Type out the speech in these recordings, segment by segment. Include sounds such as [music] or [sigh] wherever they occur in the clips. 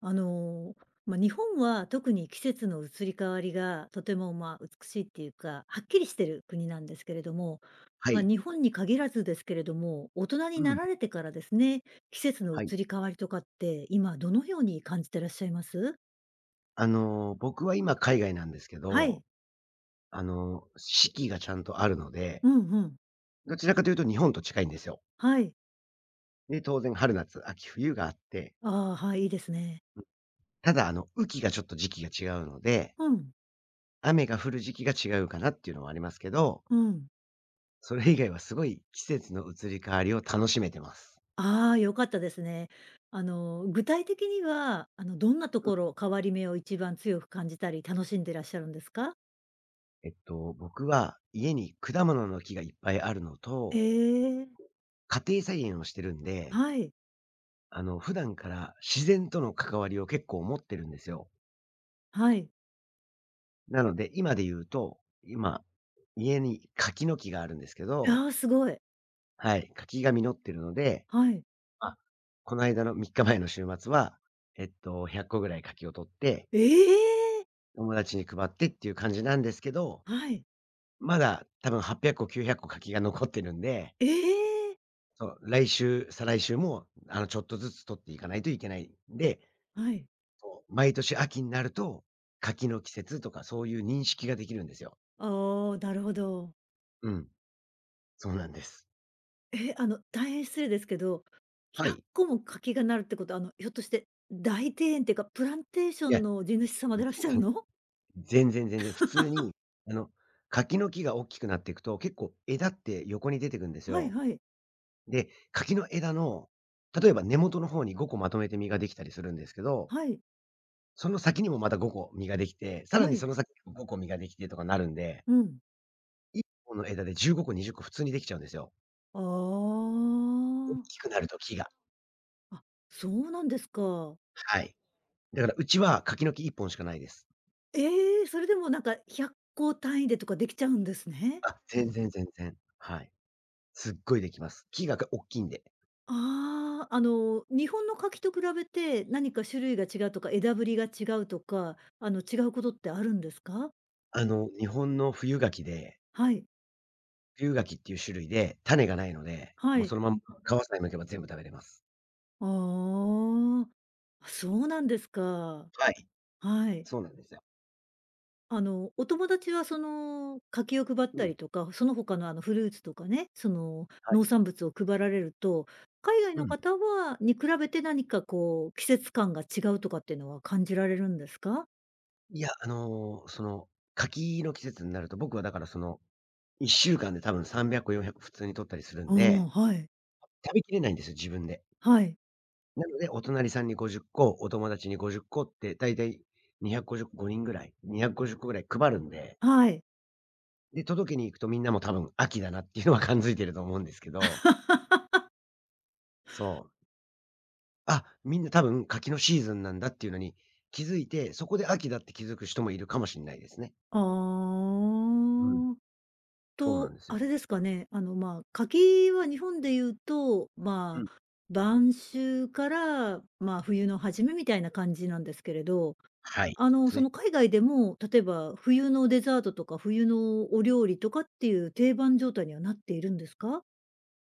あの、日本は特に季節の移り変わりがとても、美しいっていうか、はっきりしてる国なんですけれども、はまあ、い。日本に限らずですけれども、大人にうなん、られてからですね、季節のはい。移り変わりとかって今どのように感じてらっしゃいます？僕は今海外なんですけはど、い。四季がちゃんとあるので、うんうん。どちらかというと日本と近いんですよ。はい。で、当然春夏、秋冬があって、ああ、はい、いいですね。ただ雨季がちょっと時期が違うので、うん、雨が降る時期が違うかなっていうのはありますけど、うん。それ以外はすごい季節の移り変わりを楽しめてます。ああ、良かったですね。具体的には、どんなとうこん、ろ、変わり目を一番強く感じたり楽しんでらっしゃるんですか？僕は家に果物の木がいっぱいあるのえと、え。家庭菜園をしてるんで、はい、普段から自然との関わりを結構持ってるんですよ。はい。なので、今で言うと、今、家に柿の木があるんですけど、ああ、すごい。はい、柿が実ってるので、はい。あ、この間の3日前の週末は、100個ぐらい柿を取って、ええ！友達に配ってっていう感じなんですけど、はい。まだ多分800個、900個柿が残ってるんで、ええ！そう、来週、再来週も、ちょっとずつ取っていかないといけないんで、はい。そう、毎年秋になると、柿の季節とかそういう認識ができるんですよ。ああ、なるほど。うん、そうなんです。え、大変失礼ですけど、は100い。個も柿がなるってことは、ひょっとして、大庭園っていうか、プランテーショいや、ンの地主様でいらっしゃるの？全然全然、普通に、あの、柿の木が大きくなっていくと、結構枝って横に出てくんですはいよ。はい。で、柿の枝の、例えば根元の方に5個まとめて実ができたりするんですけど、はい。その先にもまた5個実ができて、さらはにそい。の先にも5個実ができてとかなるんで、うん。1本の枝で15個、20個普通にできちゃうんですよ。あ大あ。きくなると木が。あ、そうなんですか。はい。だからうちは柿の木1本しかないです。ええ、それでもなんか100個単位でとかできちゃうんですね。あ、全然全然。はい。すっごいできます。木が、大おっきいんで。ああ、日本の柿と比べて何か種類が違うとか、枝ぶりが違うとか、違うことってあるんですか？日本の冬柿ではい、龍柿っていう種類で、種がないので、はもうそい。のまんま皮さえ剥けば全部食べれます。ああ、そうなんですか。はい、はい。そうなんですよ。お友達はその柿を配っうたん。りとか、その他のあのフルーツとかね、そのは農い。産物を配られると、海外うのん。方はに比べて何かこう季節感が違うとかっていうのは感じられるんですか？いや、柿の季節になると、僕はだから1週間で多分300個、400個普通に採ったりするんあで、あ、はい。食べきれないんですよ、自分で。はい。なので、お隣さんに50個、お友達に50個っこって、だいたい250 5人ぐらい、250個ぐらい配るんで、はい。で、届けに行くとみんなも多分秋だなっていうのは感づいてると思うんですけど、そう。あ、みんな多分柿のシーズンなんだっていうのに気づいて、そこで秋だって気づく人もいるかもしんないですね。あうん。ーそうなんと、ですあよ。れですかね、柿は日本で言うと、うまん。あ、晩秋から、まあ、冬の初めみたいな感じなんですけれど、はい、そうですね。海外でも、例えば冬のデザートとか、冬のお料理とかっていう定番状態にはなっているんですか？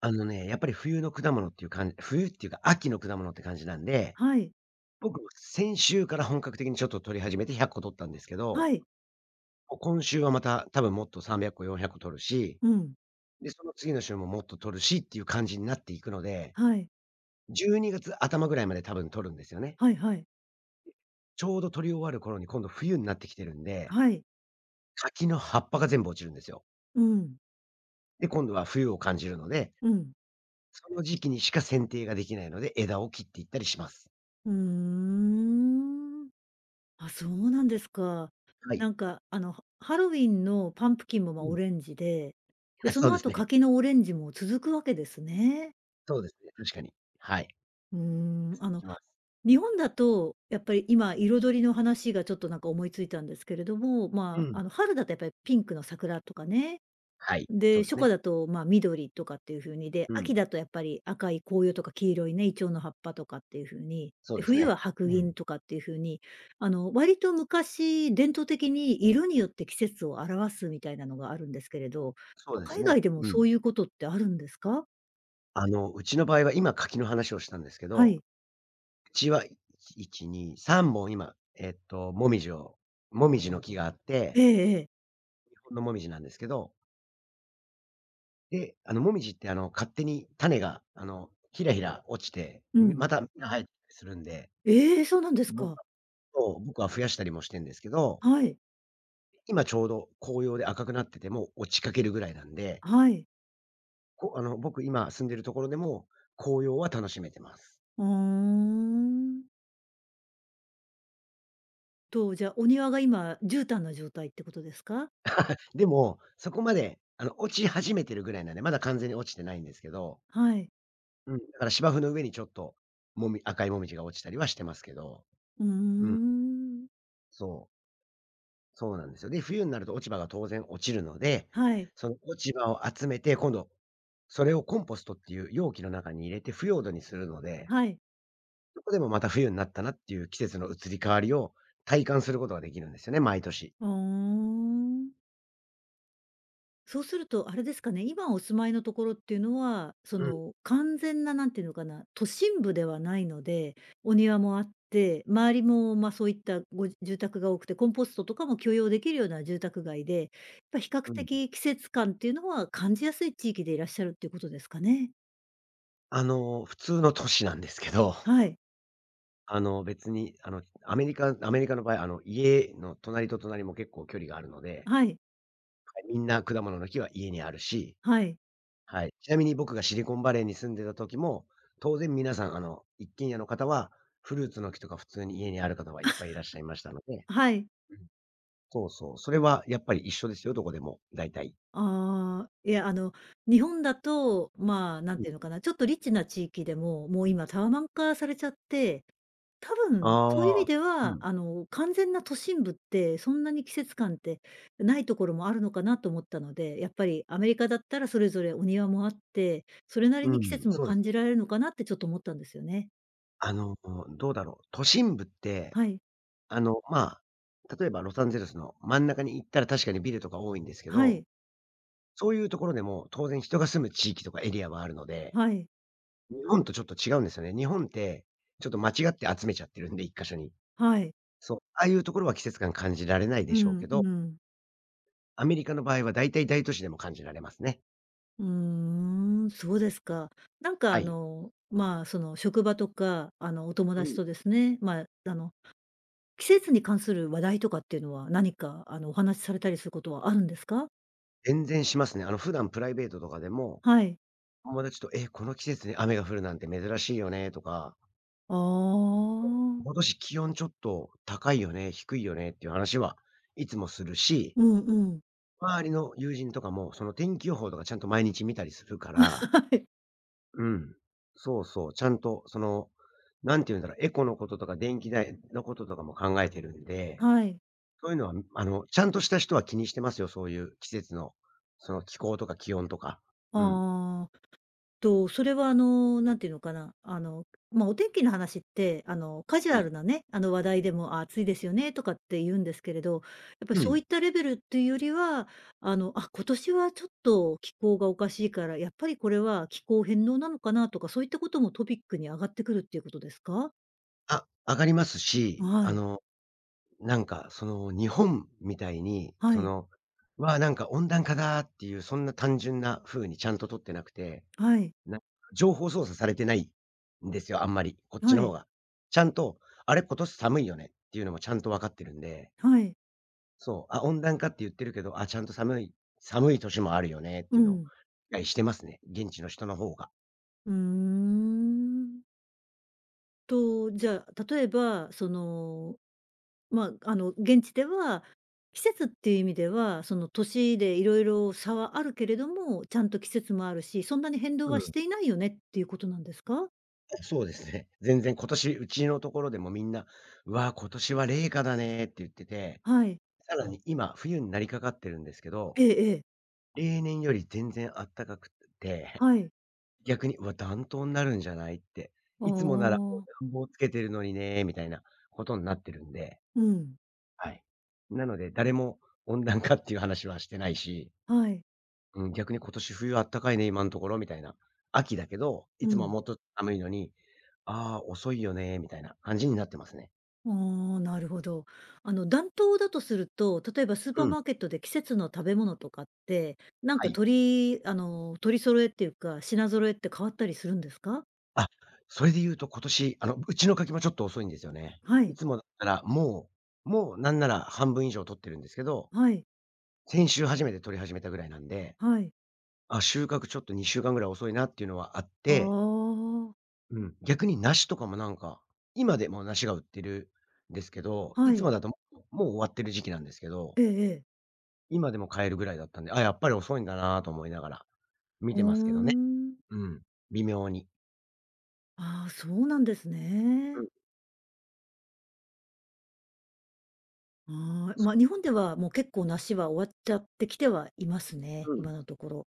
あのね、やっぱり冬の果物っていうかん冬っていうか、秋の果物って感じなんで、はい。僕も先週から本格的にちょっと採り始めて100個採ったんですけはど、い。もう今週はまた多分もっと300個、400個採るし、うん。で、その次の週ももっと採るしっていう感じになっていくので、はい。12月頭ぐらいまで多分採るんですよね。はいはい。ちょうど採り終わる頃に今度冬になってきてるんではい。柿の葉っぱが全部落ちるんですよ。うん。で、今度は冬を感じるので、うん。その時期にしか剪定ができないので、枝を切っていったりします。うーん。あ、そうなんですか。はい。ハハロウィンのパンプキンも、うオん。レンジで、で、[laughs] そそうのです後ね。柿のオレンジも続くわけですね。そうですね、確かに。はい。うーん、続きます。日本だと、やっぱり今彩りの話がちょっとなんか思いついたんですけれども、うん。春だとやっぱりピンクの桜とかね、はい、そうで、です初夏ね。だと、緑とかっていう風に、で、うん、秋だとやっぱり赤い紅葉とか黄色いね、イチョウの葉っぱとかっていう風に、そうで、です冬ね。は白う銀ん。とかっていう風に、割と昔、伝統的に色によって季節を表すみたいなのがあるんですけれど、そうまです海ね。外でもうそうん。いうことってあるんですか？うちの場合は今柿の話をしたんですけはど、い。うちは、1、2、3本今、紅葉の木があって、ええええ。日本のもみじなんですけどで、もみじって勝手に種が、ひらひら落ちて、うん。また芽が生えてたりするんで、ええ、そうなんです僕か。はそう、僕は増やしたりもしてんですけど、はい。今ちょうど紅葉で赤くなってて、落ちかけるぐらいなんで、はい。こあの、僕今住んでるところでも、紅葉は楽しめてます。うーん。と、じゃあ、お庭が今、絨毯の状態ってことですか？でも、そこまで、落ち始めてるぐらいなんで、まだ完全に落ちてないんですけど、はい。うん、だから芝生の上にちょっと、赤いもみじが落ちたりはしてますけど、うーうん、ん。そう。そうなんですよ。で、冬になると落ち葉が当然落ちるので、はい、その落ち葉を集めて、今度、それをコンポストっていう容器の中に入れて腐葉土にするので、はい。そこでもまた冬になったなっていう季節の移り変わりを体感することができるんですよね、毎年。ふーん。そうするとあれですかね、今お住まいのところっていうのは、そうん、の、完全ななんていうのかな、都心部ではないので、お庭もあって、周りも、そういったご住宅が多くて、コンポストとかも許容できるような住宅街で、やっぱ比較うん。的季節感っていうのは感じやすい地域でいらっしゃるっていうことですかね？普通の都市なんですけど、は [laughs] い、別に、アメリカの場合、家の隣と隣も結構距離があるので、はい、みんな果物の木は家にあるしはい、はい。ちなみに僕がシリコンバレーに住んでた時も、当然皆さん、一軒家の方は、フルーツの木とか普通に家にある方はいっぱいいらっしゃいましたので、はい。うん。そうそう。それはやっぱり一緒ですよ、どこでも、大体。ああ、いや、日本だと、なうんん。ていうのかな、ちょっとリッチな地域でも、もう今タワマン化されちゃって、多分そういう意あ味あ、でうは、ん。完全な都心部って、そんなに季節感ってないところもあるのかなと思ったので、やっぱりアメリカだったらそれぞれお庭もあって、それなりうに季ん、節もそうです感じね。られるのかなってちょっと思ったんですよね。あの、どうだろう、都心部って、はい。まあ、例えばロサンゼルスの真ん中に行ったら確かにビルとか多いんですけはど、い。そういうところでも当然人が住む地域とかエリアはあるのではい。日本とちょっと違うんですよね。日本って、ちょっと間違って集めちゃってるんで、一箇所に。はい。そう。ああいうところは季節感感じられないでうしょうけん、うど、ん。アメリカの場合は大体大都市でも感じられますね。うーん、そうですか。はい。その職場とか、お友う達ん。とですね、季節に関する話題とかっていうのは、何かお話しされたりすることはあるんですか？全然しますね。普段プライベートとかでも、はい。友達と、「え、この季節に雨が降るなんて珍しいよね」とか、あ「今あ、年気温ちょっと高いよね、低いよね」っていう話はいつもするし、うんうん。周りの友人とかも、その天気予報とかちゃんと毎日見たりするか [laughs] らはい。うん。そうそう、ちゃんとその、なんて言うんだろう、エコのこととか電気代のこととかも考えてるんで、はい。そういうのは、ちゃんとした人は気にしてますよ、そういう季節の、その気候とか気温とか。うん。ああ。と、それはなんていうのかな、お天気の話って、カジュうアん。ルなね、話題でも、あ、暑いですよねとかって言うんですけれど、やっぱりうそういん。ったレベルっていうよりは、あ、今年はちょっと気候がおかしいから、やっぱりこれは気候変動なのかなとか、そういったこともトピックに上がってくるっていうことですか？あ、上がりますし、はい、なんかその日本みたいに、はい、わあ、なんか温暖化だっていうそんな単純な風にちゃんと取ってなくてはい、な情報操作されてないんですよ、あんまり、こっちはの方い、が。ちゃんと、あれ、今年寒いよねっていうのもちゃんと分かってるんで、はい。そう、あ、温暖化って言ってるけど、あ、ちゃんと寒い寒い年もあるよねってういうのをん。理解してますね、現地の人の方が。うーん。と、じゃあ、例えば、そのまあ、現地では、季節っていう意味では、その年でいろいろ差はあるけれども、ちゃんと季節もあるし、そんなに変動うはしん、ていないよねっていうことなんですか？そうですね。全然今年、うちのところでもみんな、うわ、今年は冷夏だねって言ってて、はい。さらに今、冬になりかかってるんですけど、ええええ。例年より全然あったかくてはい。逆に、うわ、暖冬になるんじゃないって。あいつもなら、もうあ。暖房つけてるのにね、みたいなことになってるんで。うん。はい。なので、誰も温暖化っていう話はしてないし、はい。うん、逆に今年冬あったかいね、今のところみたいな。秋だけど、いうつもはん。もっと寒いのに、ああ、遅いよね、みたいな感じになってますね。ああ、なるほど。暖冬だとすると、例えばスーパうーん。マーケットで季節の食べ物とかって、なんはかい。取りあの、取り揃えっていうか、品揃えって変わったりするんですか？あ、それで言うと今年、うちの柿もちょっと遅いんですよね。はいい。つもだったら、もうなんなら半分以上取ってるんですけど、はい。先週初めて取り始めたぐらいなんで、はい。あ、収穫ちょっと2週間ぐらい遅いなっていうのはあって、ああ。うん、逆に梨とかもなんか、今でも梨が売ってるんですけど、いはつもい。だともう終わってる時期なんですけど、ええええ。今でも買えるぐらいだったんで、あ、やっぱり遅いんだなと思いながら見うーてますけどね。ん。うん、微妙に。ああ、そうなんですうね。ん、ああ、まそあ、日本ではもう結構梨は終わっちゃってきてはいますね、うん、今のところ。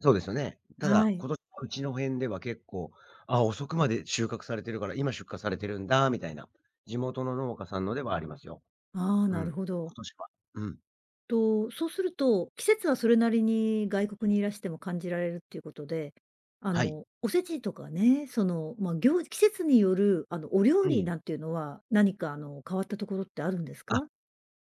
そうですよね。たはだ、い。今年はうちの辺では結構、あ、遅くまで収穫されてるから、今出荷されてるんだ、みたいな、地元の農家さんのではありますよ。ああ、うなん、るほど。今年は。うん、と、そうすると、季節はそれなりに外国にいらしても感じられるっていうことで、はい。おせちとかね、季節によるお料う理ん。なんていうのは、何か変わったところってあるんですか？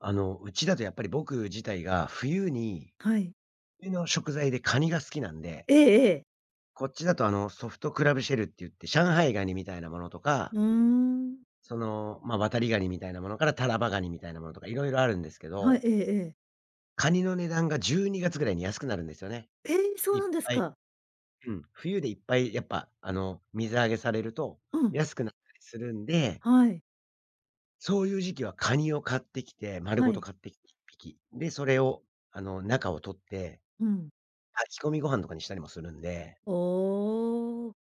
うちだとやっぱり僕自体が冬に、はい。冬の食材でカニが好きなんで、ええええ。こっちだとソフトクラブシェルって言って、上海ガニみたいなものとか、うーん。その、まあ、ワタリガニみたいなものからタラバガニみたいなものとかいろいろあるんですけはい、ど、ええええ。カニの値段が12月ぐらいに安くなるんですよね。ええ、そういなんですか。うん、冬でいっぱいやっぱ、水揚げされるとうん。安くなったりするんで、はい。そういう時期はカニを買ってきて、丸はごとい。買ってきて一匹。で、それを、中を取ってうん。炊き込みご飯とかにしたりもするんで、おお。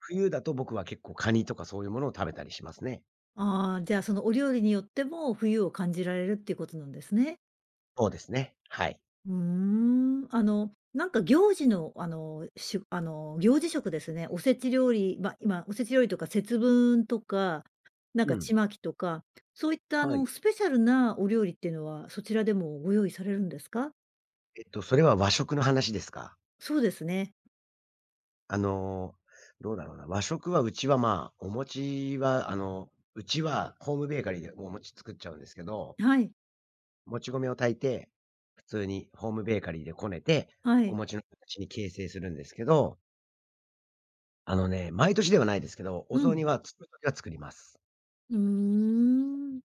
冬だと僕は結構カニとかそういうものを食べたりしますね。ああ、じゃあ、そのお料理によっても冬を感じられるっていうことなんですね。そうですね。はい。うーん。なんか行事の、あの行事食ですね。おせち料理、ま、今、おせち料理とか節分とか、なんうかん。ちまきとか、そういったあはい。の、スペシャルなお料理っていうのは、そちらでもご用意されるんですか？それは和食の話ですか？そうですね。あの、どうだろうな、和食はうちは、まあ、お餅は、うちはホームベーカリーでお餅作っちゃうんですけど、はい。もち米を炊いて、普通にホームベーカリーでこねて、はおい。餅の形に形成するんですけど、あのね、毎年ではないですけど、おう雑ん。煮は作るときは作ります。うーん。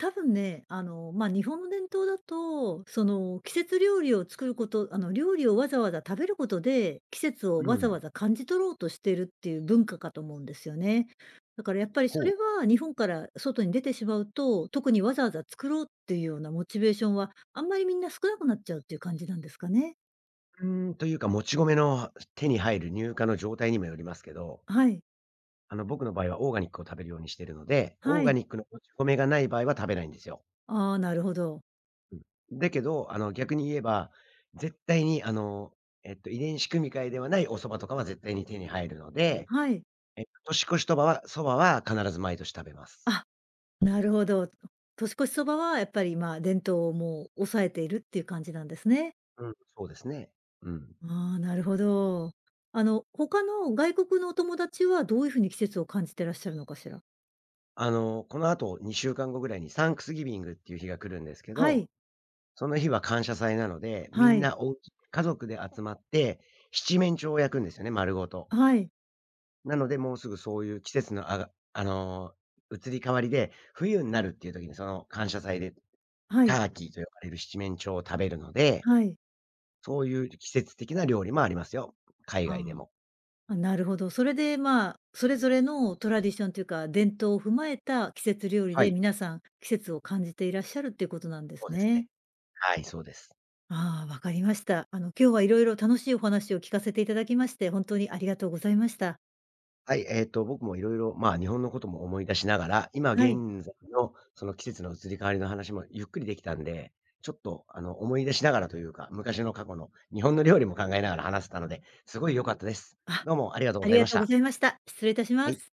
多分ね、日本の伝統だと、その、季節料理を作ること、料理をわざわざ食べることで、季節をうわざん。わざ感じ取ろうとしているっていう文化かと思うんですよね。だからやっぱりそほれう。は日本から外に出てしまうと、特にわざわざ作ろうっていうようなモチベーションは、あんまりみんな少なくなっちゃうっていう感じなんですかね。うーん、というか、もち米の手に入る入荷の状態にもよりますけど、はい、僕の場合はオーガニックを食べるようにしてるので、オーはガい。ニックのもち米がない場合は食べないんですよ。ああ、なるほど。うん。だけど、逆に言えば、絶対に、遺伝子組み換えではないお蕎麦とかは絶対に手に入るので、はい。年越しとばは蕎麦は必ず毎年食べます。あ、なるほど。年越しそばはやっぱり、ま、伝統をもう抑えているっていう感じなんですね。うん、そうですね。うん。ああ、なるほど。他の外国のお友達はどういう風に季節を感じてらっしゃるのかしら？あの、この後2週間後ぐらいにサンクスギビングっていう日が来るんですけはど、い、その日は感謝祭なので、みはんい、なお家家族で集まって、七面鳥を焼くんですよね、丸ごと。はい、なので、もうすぐそういう季節のあの、移り変わりで、冬になるっていう時にその感謝祭ではタい、ーキーと呼ばれる七面鳥を食べるので、はい。そういう季節的な料理もありますよ。海外であも。あ、あ、なるほど。それで、まあ、それぞれのトラディションというか、伝統を踏まえた季節料理はでい、皆さん季節を感じていらっしゃるっていうことなんですそうですね。ね。はい、そうです。ああ、わかりました。今日はいろいろ楽しいお話を聞かせていただきまして、本当にありがとうございました。はい、僕もいろいろまあ、日本のことも思い出しながら、今はい。現在のその季節の移り変わりの話もゆっくりできたんで、ちょっと、思い出しながらというか、昔の過去の日本の料理も考えながら話せたので、すごい良かったです。あ、どうもありがとうあござりいがましとうごた。ざいました。失礼いたしはまい。す。